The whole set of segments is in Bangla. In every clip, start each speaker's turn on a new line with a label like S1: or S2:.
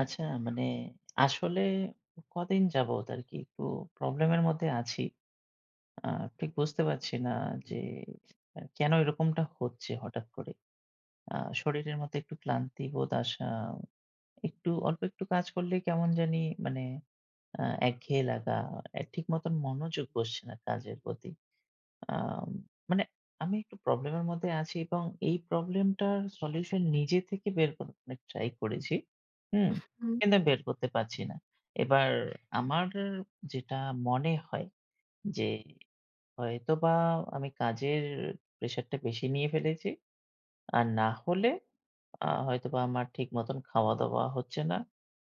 S1: আচ্ছা, মানে আসলে কদিন যাবত আরকি একটু প্রবলেমের মধ্যে আছি। আ ঠিক বুঝতে পারছি না যে কেন এরকমটা হচ্ছে হঠাৎ করে। শরীরের মধ্যে একটু ক্লান্তি বোধ আসা, একটু অল্প একটু কাজ করলেই কেমন জানি মানে একঘেয়ে লাগা, ঠিক মতন মনোযোগ বসছে না কাজের প্রতি। আম মানে আমি একটু প্রবলেমের মধ্যে আছি এবং এই প্রবলেমটার সলিউশন নিজে থেকে বের করার অনেক ট্রাই করেছি। হুম?
S2: হুম,
S1: কিন্তু আমি বের করতে পারছি না। এবার আমার যেটা মনে হয় যে হয়তোবা আমি কাজের প্রেশারটা বেশি নিয়ে ফেলেছি। আর না হলে হয়তোবা আমার ঠিক মতন খাওয়া-দাওয়া হচ্ছে না।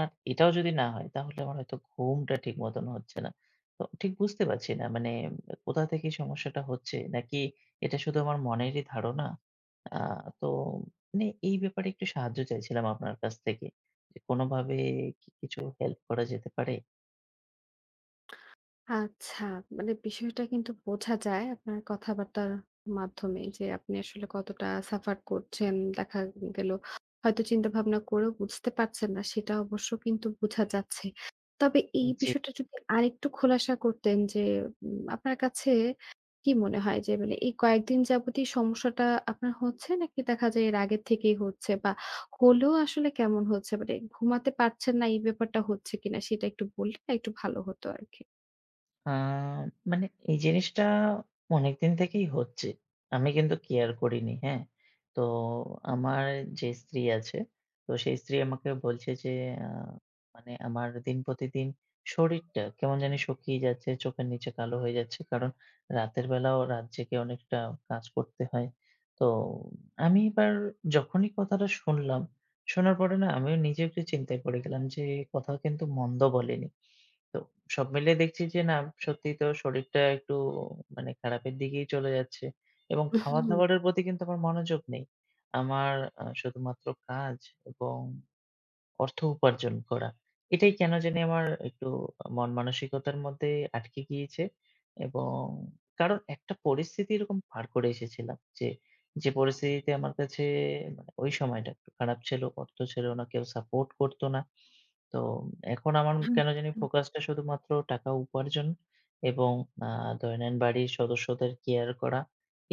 S1: আর এটাও যদি না হয় তাহলে আমার হয়তো ঘুমটা ঠিক মতন হচ্ছে না। তো ঠিক বুঝতে পারছি না মানে কোথা থেকে সমস্যাটা হচ্ছে নাকি এটা শুধু আমার মনেরই ধারণা? আ তো মানে এই ব্যাপারে একটু সাহায্য চাইছিলাম আপনার কাছ থেকে। যে কোনোভাবে কি কিছু হেল্প করা যেতে পারে?
S2: আচ্ছা। মানে বিষয়টা কিন্তু বোঝা যায় আপনার কথাবার্তার মাধ্যমে যে আপনি আসলে কতটা সাফার করছেন। দেখা গেল হয়তো চিন্তা ভাবনা করেও বুঝতে পারছেন না, সেটা অবশ্য কিন্তু বোঝা যাচ্ছে। তবে এই
S1: জি।
S2: বিষয়টা যদি আরেকটু খোলাসা করতেন যে আপনার কাছে কি মনে হয় যে মানে এই কয়েকদিন যাবতই সমস্যাটা আপনার হচ্ছে নাকি দেখা যায় এর আগের থেকেই হচ্ছে, বা হলেও আসলে কেমন হচ্ছে? মানে ঘুমাতে পারছেন না, এই ব্যাপারটা হচ্ছে কিনা সেটা একটু বললে একটু ভালো হতো আরকি।
S1: আ মানে এই জিনিসটা অনেকদিন থেকেই হচ্ছে। আমি কিন্তু কেয়ার করিনি, হ্যাঁ? তো আমার যে স্ত্রী আছে, তো সেই স্ত্রী আমাকে বলছে যে আ মানে আমার দিন প্রতিদিন শরীরটা কেমন জানি শুকিয়ে যাচ্ছে, চোখের নিচে কালো হয়ে যাচ্ছে। কারণ রাতের বেলাও রাত জেগে অনেকটা কাজ করতে হয়। তো আমি এবার যখনই কথাটা শুনলাম, শোনার পরে না আমিও নিজে একটু চিন্তায় পড়ে গেলাম যে, কোথাও কিন্তু মন্দ বলেনি। তো সব মিলিয়ে দেখছি যে না সত্যিই তো শরীরটা একটু মানে খারাপের দিকেই চলে যাচ্ছে এবং
S2: হুম,
S1: খাওয়া-দাওয়ারের প্রতি কিন্তু আমার মনোযোগ নেই। আমার শুধুমাত্র কাজ এবং অর্থ উপার্জন করা। এটাই কেন জানি আমার একটু মন মানসিকতার মধ্যে আটকে গিয়েছে এবং কারণ একটা পরিস্থিতি এরকম পার করে এসেছিলাম যে, যে পরিস্থিতিতে আমার কাছে মানে ওই সময়টা একটু খারাপ ছিল, অর্থ ছিল না, কেউ সাপোর্ট করত না। তো এখন আমার
S2: হুম,
S1: কেন জানি ফোকাসটা শুধুমাত্র টাকা উপার্জন এবং আ দৈনন্দিন বাড়ির সদস্যদের কেয়ার করা,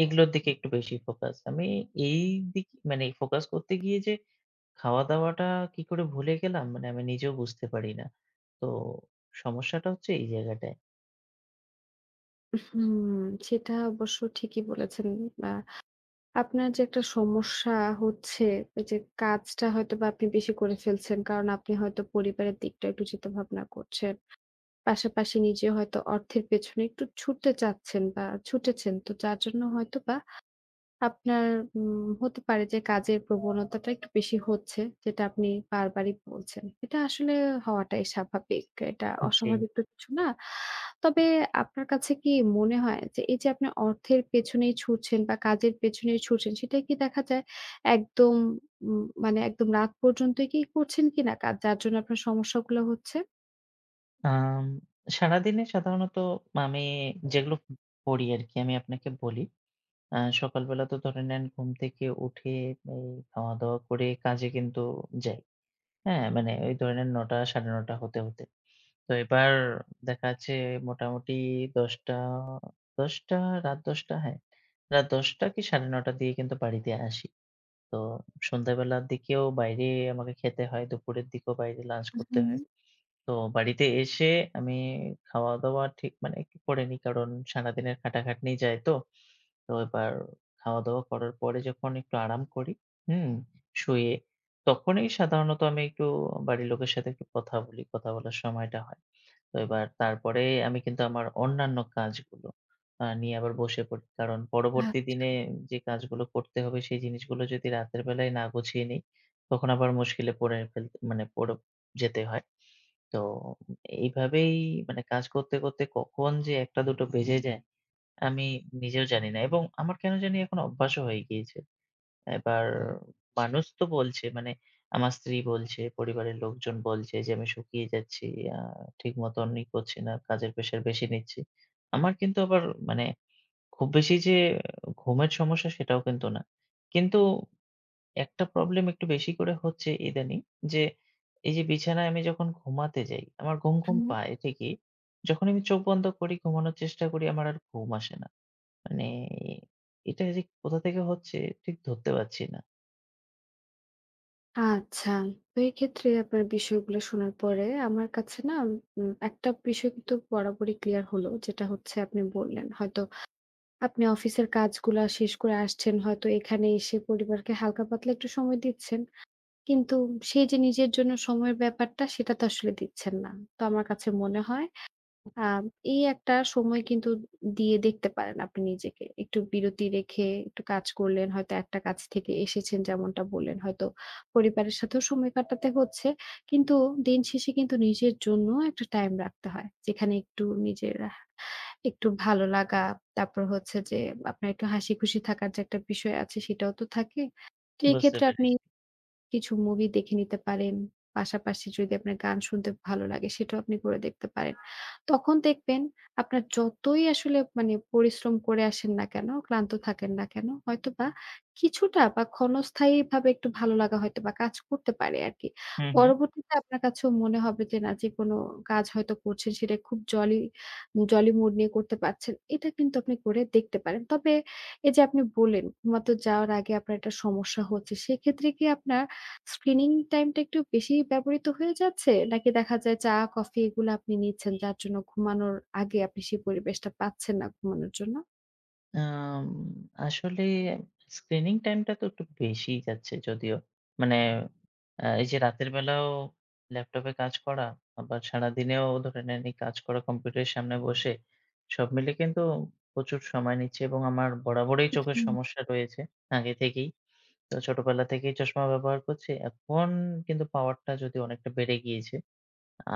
S1: এগুলোর দিকে একটু বেশি ফোকাস। আমি এই দিক মানে ফোকাস করতে গিয়ে যে খাওয়া-দাওয়াটা কি করে ভুলে গেলাম, মানে আমি নিজেও বুঝতে পারি না। তো সমস্যাটা হচ্ছে এই জায়গাটায়।
S2: হুম, সেটা অবশ্য ঠিকই বলেছেন। আ আপনার যে একটা সমস্যা হচ্ছে, এই যে কাজটা হয়তোবা আপনি বেশি করে ফেলছেন। কারণ আপনি হয়তো পরিবারের দিকটা একটু চিন্তাভাবনা করছেন। পাশাপাশি নিজে হয়তো অর্থের পেছনে একটু ছুটতে চাচ্ছেন, বা ছুটেছেন। তো যার জন্য হয়তোবা আপনার হতে পারে যে কাজের প্রবণতাটা একটু বেশি হচ্ছে, যেটা আপনি বারবারই বলছেন। এটা আসলে হওয়াটাই স্বাভাবিক। এটা
S1: জি।
S2: অস্বাভাবিক তো কিছু না। তবে আপনার কাছে কি মনে হয় যে এই যে আপনি অর্থের পেছনেই ছুটছেন বা কাজের পেছনেই ছুটছেন, সেটাই কি দেখা যায় একদম মানে একদম রাত পর্যন্তই কি করছেন কিনা কাজ, যার জন্য আপনার সমস্যাগুলো হচ্ছে?
S1: আম সারাদিনে সাধারণত আমি যেগুলো করি আরকি আমি আপনাকে বলি। সকালবেলা তো ধরে নেন ঘুম থেকে উঠে এই খাওয়া-দাওয়া করে কাজে কিন্তু যাই। হ্যাঁ, মানে ওই ধরে নেন ৯:০০ ৯:৩০ হতে। তো এবার দেখা যাচ্ছে মোটামুটি ১০:০০ ১০:০০ রাত ১০:০০ হ্যাঁ, রাত ১০:০০ কি ৯:৩০ দিয়ে কিন্তু বাড়িতে আসি। তো সন্ধ্যাবেলার দিকেও বাইরে আমাকে খেতে হয়। দুপুরের দিকেও বাইরে লাঞ্চ করতে
S2: হুম,
S1: হয়। তো বাড়িতে এসে আমি খাওয়া-দাওয়া ঠিক মানে একটু করে নিই। কারণ সারাদিনের খাটাখাটনি যায় তো। তো এবার খাওয়া-দাওয়া করার পরে যখন একটু আরাম করি, হুম? শুয়ে, তখনই সাধারণত আমি একটু বাড়ির লোকের সাথে একটু কথা বলি। কথা বলার সময়টা হয়। তো এবার তারপরে আমি কিন্তু আমার অন্যান্য কাজগুলো নিয়ে আবার বসে পড়ি। কারণ পরবর্তী
S2: আচ্ছা।
S1: দিনে যে কাজগুলো করতে হবে সেই জিনিসগুলো যদি রাতের বেলায় না গুছিয়ে নিই, তখন আবার মুশকিলে পড়ে ফেলতে মানে পড়ে যেতে হয়। তো এইভাবেই মানে কাজ করতে, করতে কখন যে ১টা ২টো বেজে যায় আমি নিজেও জানি না এবং আমার কেন জানি এখন অভ্যাসও হয়ে গিয়েছে। এবার হুম। মানুষ তো বলছে মানে আমার স্ত্রী বলছে, পরিবারের লোকজন বলছে যে আমি শুকিয়ে যাচ্ছি, আ ঠিক মতন ই করছি না, কাজের প্রেশার বেশি নিচ্ছি। আমার কিন্তু আবার মানে খুব বেশি যে ঘুমের সমস্যা সেটাও কিন্তু না। কিন্তু একটা প্রবলেম একটু বেশি করে হচ্ছে ইদানিং যে এই যে বিছানায় আমি যখন ঘুমাতে যাই, আমার ঘুম পায় ঠিকই। যখন আমি চোখ বন্ধ করি, ঘুমানোর চেষ্টা করি, আমার আর ঘুম আসে না। মানে এটা যে কোথা থেকে হচ্ছে ঠিক ধরতে পারছি না।
S2: আচ্ছা। তো এক্ষেত্রে আপনার বিষয়গুলো শোনার পরে আমার কাছে না একটা বিষয় কিন্তু বরাবরই ক্লিয়ার হলো। যেটা হচ্ছে, আপনি বললেন হয়তো আপনি অফিসের কাজগুলা শেষ করে আসছেন। হয়তো এখানে এসে পরিবারকে হালকা পাতলা একটু সময় দিচ্ছেন। কিন্তু সেই যে নিজের জন্য সময়ের ব্যাপারটা সেটা তো আসলে দিচ্ছেন না। তো আমার কাছে মনে হয় আম এই একটা সময় কিন্তু দিয়ে দেখতে পারেন আপনি নিজেকে। একটু বিরতি রেখে একটু কাজ করলেন। হয়তো একটা কাজ থেকে এসেছেন যেমনটা বললেন। হয়তো পরিবারের সাথেও সময় কাটাতে হচ্ছে। কিন্তু দিন শেষে কিন্তু নিজের জন্য একটা টাইম রাখতে হয়। যেখানে একটু নিজের একটু ভালো লাগা, তারপর হচ্ছে যে আপনার একটু হাসিখুশি থাকার যে একটা বিষয় আছে সেটাও তো থাকে। তো
S1: বুঝতে
S2: এক্ষেত্রে আপনি
S1: পেরেছি।
S2: কিছু মুভি দেখে নিতে পারেন। পাশাপাশি যদি আপনার গান শুনতে ভালো লাগে সেটাও আপনি করে দেখতে পারেন। তখন দেখবেন আপনার যতই আসলে মানে পরিশ্রম করে আসেন না কেন, ক্লান্ত থাকেন না কেন, হয়তোবা কিছুটা বা ক্ষণস্থায়ীভাবে একটু ভালো লাগা হয়তোবা কাজ করতে পারে আরকি।
S1: হুম, হুম।
S2: পরবর্তীতে আপনার কাছেও মনে হবে যে না, যে কোনো কাজ হয়তো করছেন সেটা খুব জলি মুড নিয়ে করতে পারছেন। এটা কিন্তু আপনি করে দেখতে পারেন। তবে এই যে আপনি বললেন ঘুমাতে যাওয়ার আগে আপনার একটা সমস্যা হচ্ছে। সেক্ষেত্রে কি আপনার স্ক্রিনিং টাইমটা একটু বেশিই ব্যবহৃত হয়ে যাচ্ছে? নাকি দেখা যায় চা, কফি এগুলো আপনি নিচ্ছেন যার জন্য ঘুমানোর আগে আপনি সেই পরিবেশটা পাচ্ছেন না ঘুমানোর জন্য?
S1: আম আসলে স্ক্রিনিং টাইমটা তো একটু বেশিই যাচ্ছে যদিও। মানে এই যে রাতের বেলাও ল্যাপটপে কাজ করা, আবার সারাদিনেও ধরে নেন এই কাজ করা কম্পিউটারের সামনে বসে, সব মিলে কিন্তু প্রচুর সময় নিচ্ছে এবং আমার বরাবরই চোখের
S2: হুম।
S1: সমস্যা রয়েছে আগে থেকেই। তো ছোটবেলা থেকেই চশমা ব্যবহার করছি। এখন কিন্তু পাওয়ারটা যদিও অনেকটা বেড়ে গিয়েছে।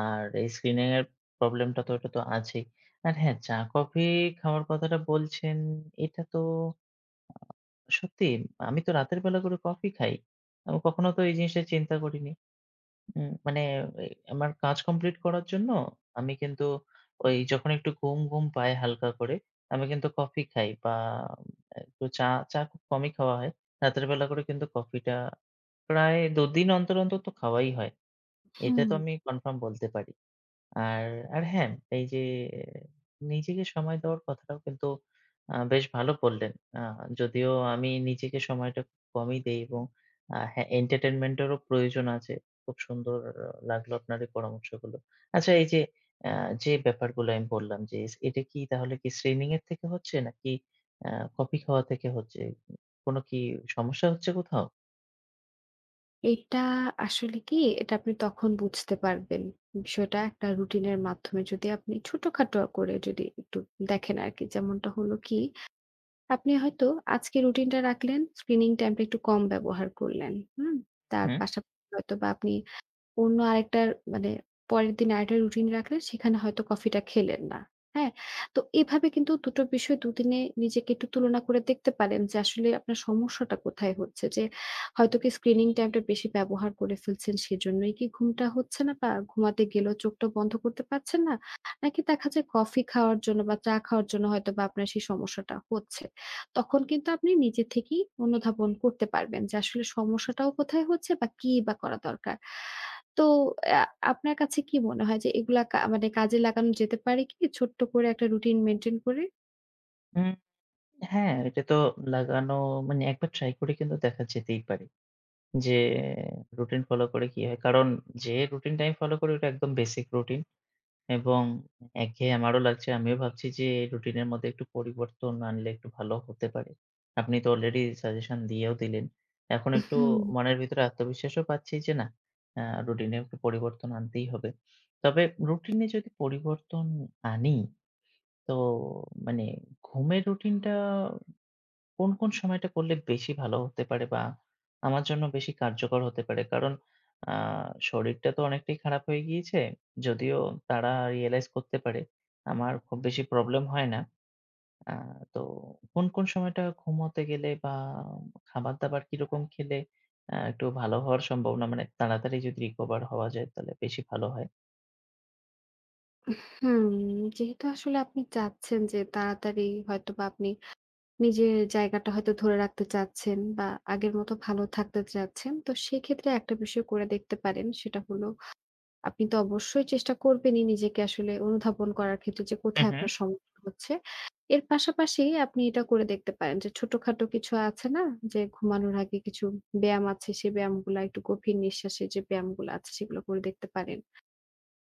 S1: আর এই স্ক্রিনিং এর প্রবলেমটা তো ওটা তো আছেই। আর হ্যাঁ, চা কফি খাওয়ার কথাটা বলছেন, এটা তো সত্যি আমি তো রাতের বেলা করে কফি খাই। আমি কখনো তো এই জিনিসটা চিন্তা করিনি। মানে এই আমার কাজ কমপ্লিট করার জন্য আমি কিন্তু ওই যখন একটু ঘুম পায় হালকা করে, আমি কিন্তু কফি খাই বা একটু চা, চা খুব কমই খাওয়া হয়। রাতের বেলা করে কিন্তু কফিটা প্রায় ২ দিন অন্তর, অন্তর তো খাওয়াই হয়। এটা
S2: হুম,
S1: তো আমি কনফার্ম বলতে পারি। আর, আর, হ্যাঁ, এই যে নিজেকে সময় দেওয়ার কথাটাও কিন্তু বেশ ভালো বললেন। আ যদিও আমি নিজেকে সময়টা খুব কমই দেই এবং হ্যাঁ, entertainment এরও প্রয়োজন আছে। খুব সুন্দর লাগলো আপনার এই পরামর্শগুলো। আচ্ছা এই যে আ যে ব্যাপারগুলো আমি বললাম যে এটা কি তাহলে কি স্ট্রিমিং এর থেকে হচ্ছে নাকি আ কফি খাওয়া থেকে হচ্ছে? কোনো কি সমস্যা হচ্ছে কোথাও?
S2: এটা আসলে কি, এটা আপনি তখন বুঝতে পারবেন। বিষয়টা একটা রুটিনের মাধ্যমে যদি আপনি ছোটখাটো করে যদি একটু দেখেন আরকি। যেমনটা হলো কি, আপনি হয়তো আজকে রুটিনটা রাখলেন, স্ক্রিনিং টাইমটা একটু কম ব্যবহার করলেন। হুম? তার
S1: হুম।
S2: পাশাপাশি হয়তোবা আপনি অন্য আরেকটার মানে পরের দিন আরেকটা রুটিন রাখলেন, সেখানে হয়তো কফিটা খেলেন না। হ্যাঁ? তো এভাবে কিন্তু ২ টো বিষয় ২ দিনে নিজেকে একটু তুলনা করে দেখতে পারেন যে আসলে আপনার সমস্যাটা কোথায় হচ্ছে। যে হয়তো কি স্ক্রিনিং টাইমটা বেশি ব্যবহার করে ফেলছেন, সেজন্যই কি ঘুমটা হচ্ছে না বা ঘুমাতে গেলেও চোখটা বন্ধ করতে পারছেন না? নাকি দেখা যায় কফি খাওয়ার জন্য বা চা খাওয়ার জন্য হয়তোবা আপনার সেই সমস্যাটা হচ্ছে। তখন কিন্তু আপনি নিজে থেকেই অনুধাবন করতে পারবেন যে আসলে সমস্যাটাও কোথায় হচ্ছে বা কি বা করা দরকার। তো আ আপনার কাছে কি মনে হয় যে এগুলা কা মানে কাজে লাগানো যেতে পারে কি? ছোট্ট করে একটা রুটিন মেইনটেইন করে?
S1: উম হ্যাঁ, এটা তো লাগানো মানে একবার ট্রাই করে কিন্তু দেখা যেতেই পারে। যে রুটিন ফলো করে কি হয়। কারণ যে রুটিনটা আমি ফলো করি ওটা একদম বেসিক রুটিন এবং একঘেয়ে আমারও লাগছে। আমিও ভাবছি যে এই রুটিনের মধ্যে একটু পরিবর্তন আনলে একটু ভালো হতে পারে। আপনি তো অলরেডি সাজেশন দিয়েও দিলেন। এখন একটু
S2: হুম,
S1: মনের ভিতরে আত্মবিশ্বাসও পাচ্ছি যে না আ রুটিনে একটু পরিবর্তন আনতেই হবে। তবে রুটিনে যদি পরিবর্তন আনি তো মানে ঘুমের রুটিনটা কোন, কোন সময়টা করলে বেশি ভালো হতে পারে বা আমার জন্য বেশি কার্যকর হতে পারে? কারণ আ শরীরটা তো অনেকটাই খারাপ হয়ে গিয়েছে। যদিও তারা রিয়ালাইজ করতে পারে। আমার খুব বেশি প্রবলেম হয় না। আ তো কোন, কোন সময়টা ঘুমোতে গেলে বা খাবার-দাবার কিরকম খেলে একটু ভালো হওয়ার সম্ভাবনা মানে তাড়াতাড়ি যদি রিকভার হওয়া যায় তাহলে বেশি ভালো হয়?
S2: হুম। যেহেতু আসলে আপনি চাচ্ছেন যে তাড়াতাড়ি হয়তোবা আপনি নিজের জায়গাটা হয়তো ধরে রাখতে চাচ্ছেন বা আগের মতো ভালো থাকতে চাচ্ছেন। তো সেক্ষেত্রে একটা বিষয় করে দেখতে পারেন। সেটা হলো আপনি তো অবশ্যই চেষ্টা করবেনই নিজেকে আসলে অনুধাবন করার ক্ষেত্রে যে
S1: হুম,
S2: কোথায়
S1: হুম।
S2: আপনার সমস্যা হচ্ছে। এর পাশাপাশি আপনি এটা করে দেখতে পারেন যে ছোটখাটো কিছু আছে না? যে ঘুমানোর আগে কিছু ব্যায়াম আছে, সেই ব্যায়ামগুলা একটু গভীর নিঃশ্বাসের যে ব্যায়ামগুলো আছে সেগুলো করে দেখতে পারেন।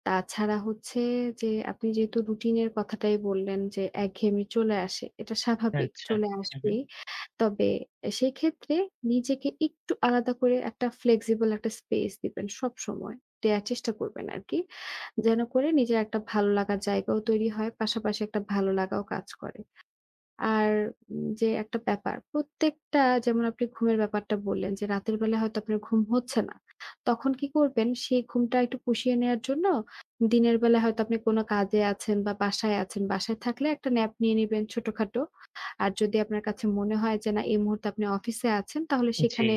S2: তাছাড়া হচ্ছে যে আপনি যেহেতু রুটিনের কথাটাই বললেন যে একঘেয়েমি চলে আসে, এটা স্বাভাবিক
S1: আচ্ছা।
S2: চলে
S1: হুম, হুম।
S2: আসবেই। তবে সেই ক্ষেত্রে নিজেকে একটু আলাদা করে একটা ফ্লেক্সিবল একটা স্পেস দিবেন সবসময়। দেয়ার চেষ্টা করবেন আরকি। যেন করে নিজের একটা ভালো লাগার জায়গাও তৈরি হয়, পাশাপাশি একটা ভালো লাগাও কাজ করে। আর যে একটা ব্যাপার, প্রত্যেকটা যেমন আপনি ঘুমের ব্যাপারটা বললেন যে, রাতের বেলা হয়তো আপনার ঘুম হচ্ছে না। তখন কি করবেন? সেই ঘুমটা একটু পুষিয়ে নেয়ার জন্য দিনের বেলা হয়তো আপনি কোনো কাজে আছেন বা বাসায় আছেন। বাসায় থাকলে একটা ন্যাপ নিয়ে নিবেন ছোটখাটো। আর যদি আপনার কাছে মনে হয় যে না এই মুহূর্তে আপনি অফিসে আছেন, তাহলে
S1: জি।
S2: সেখানে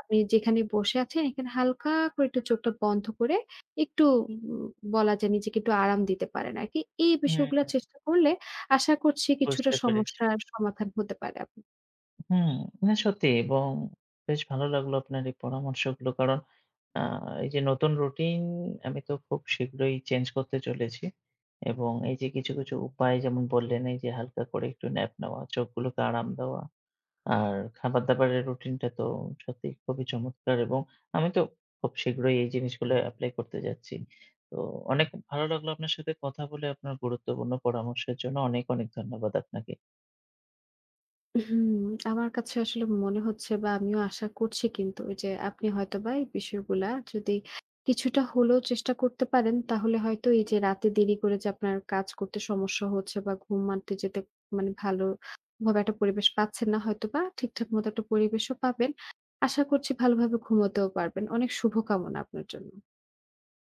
S2: আপনি যেখানে বসে আছেন এখানে হালকা করে একটু চোখটা বন্ধ করে একটু উম বলা যায় নিজেকে একটু আরাম দিতে পারেন আরকি। এই
S1: হুম,
S2: বিষয়গুলা
S1: হুম,
S2: চেষ্টা করলে আশা করছি কিছুটা
S1: বুঝতে পেরেছি।
S2: সমস্যার সমাধান হতে পারে আপনার।
S1: হুম, না সত্যি এবং বেশ ভালো লাগলো আপনার এই পরামর্শগুলো। কারণ আ এই যে নতুন রুটিন আমি তো খুব শীঘ্রই চেঞ্জ করতে চলেছি। এবং এই যে কিছু, কিছু উপায় যেমন বললেন এই যে হালকা করে একটু ন্যাপ নেওয়া, চোখগুলোকে আরাম দেওয়া আর খাবার-দাবারের রুটিনটা তো সত্যিই খুবই চমৎকার এবং আমি তো খুব শীঘ্রই এই জিনিসগুলো এপ্লাই করতে যাচ্ছি। তো অনেক ভালো লাগলো আপনার সাথে কথা বলে। আপনার গুরুত্বপূর্ণ পরামর্শের জন্য অনেক, অনেক ধন্যবাদ আপনাকে।
S2: হুম, আমার কাছে আসলে মনে হচ্ছে বা আমিও আশা করছি কিন্তু যে আপনি হয়তোবা এই বিষয়গুলা যদি কিছুটা হলেও চেষ্টা করতে পারেন তাহলে হয়তো এই যে রাতে দেরি করে যে আপনার কাজ করতে সমস্যা হচ্ছে বা ঘুমাতে যেতে মানে ভালোভাবে একটা পরিবেশ পাচ্ছেন না হয়তোবা ঠিকঠাক মতো একটা পরিবেশও পাবেন। আশা করছি ভালোভাবে ঘুমোতেও পারবেন। অনেক শুভকামনা আপনার জন্য।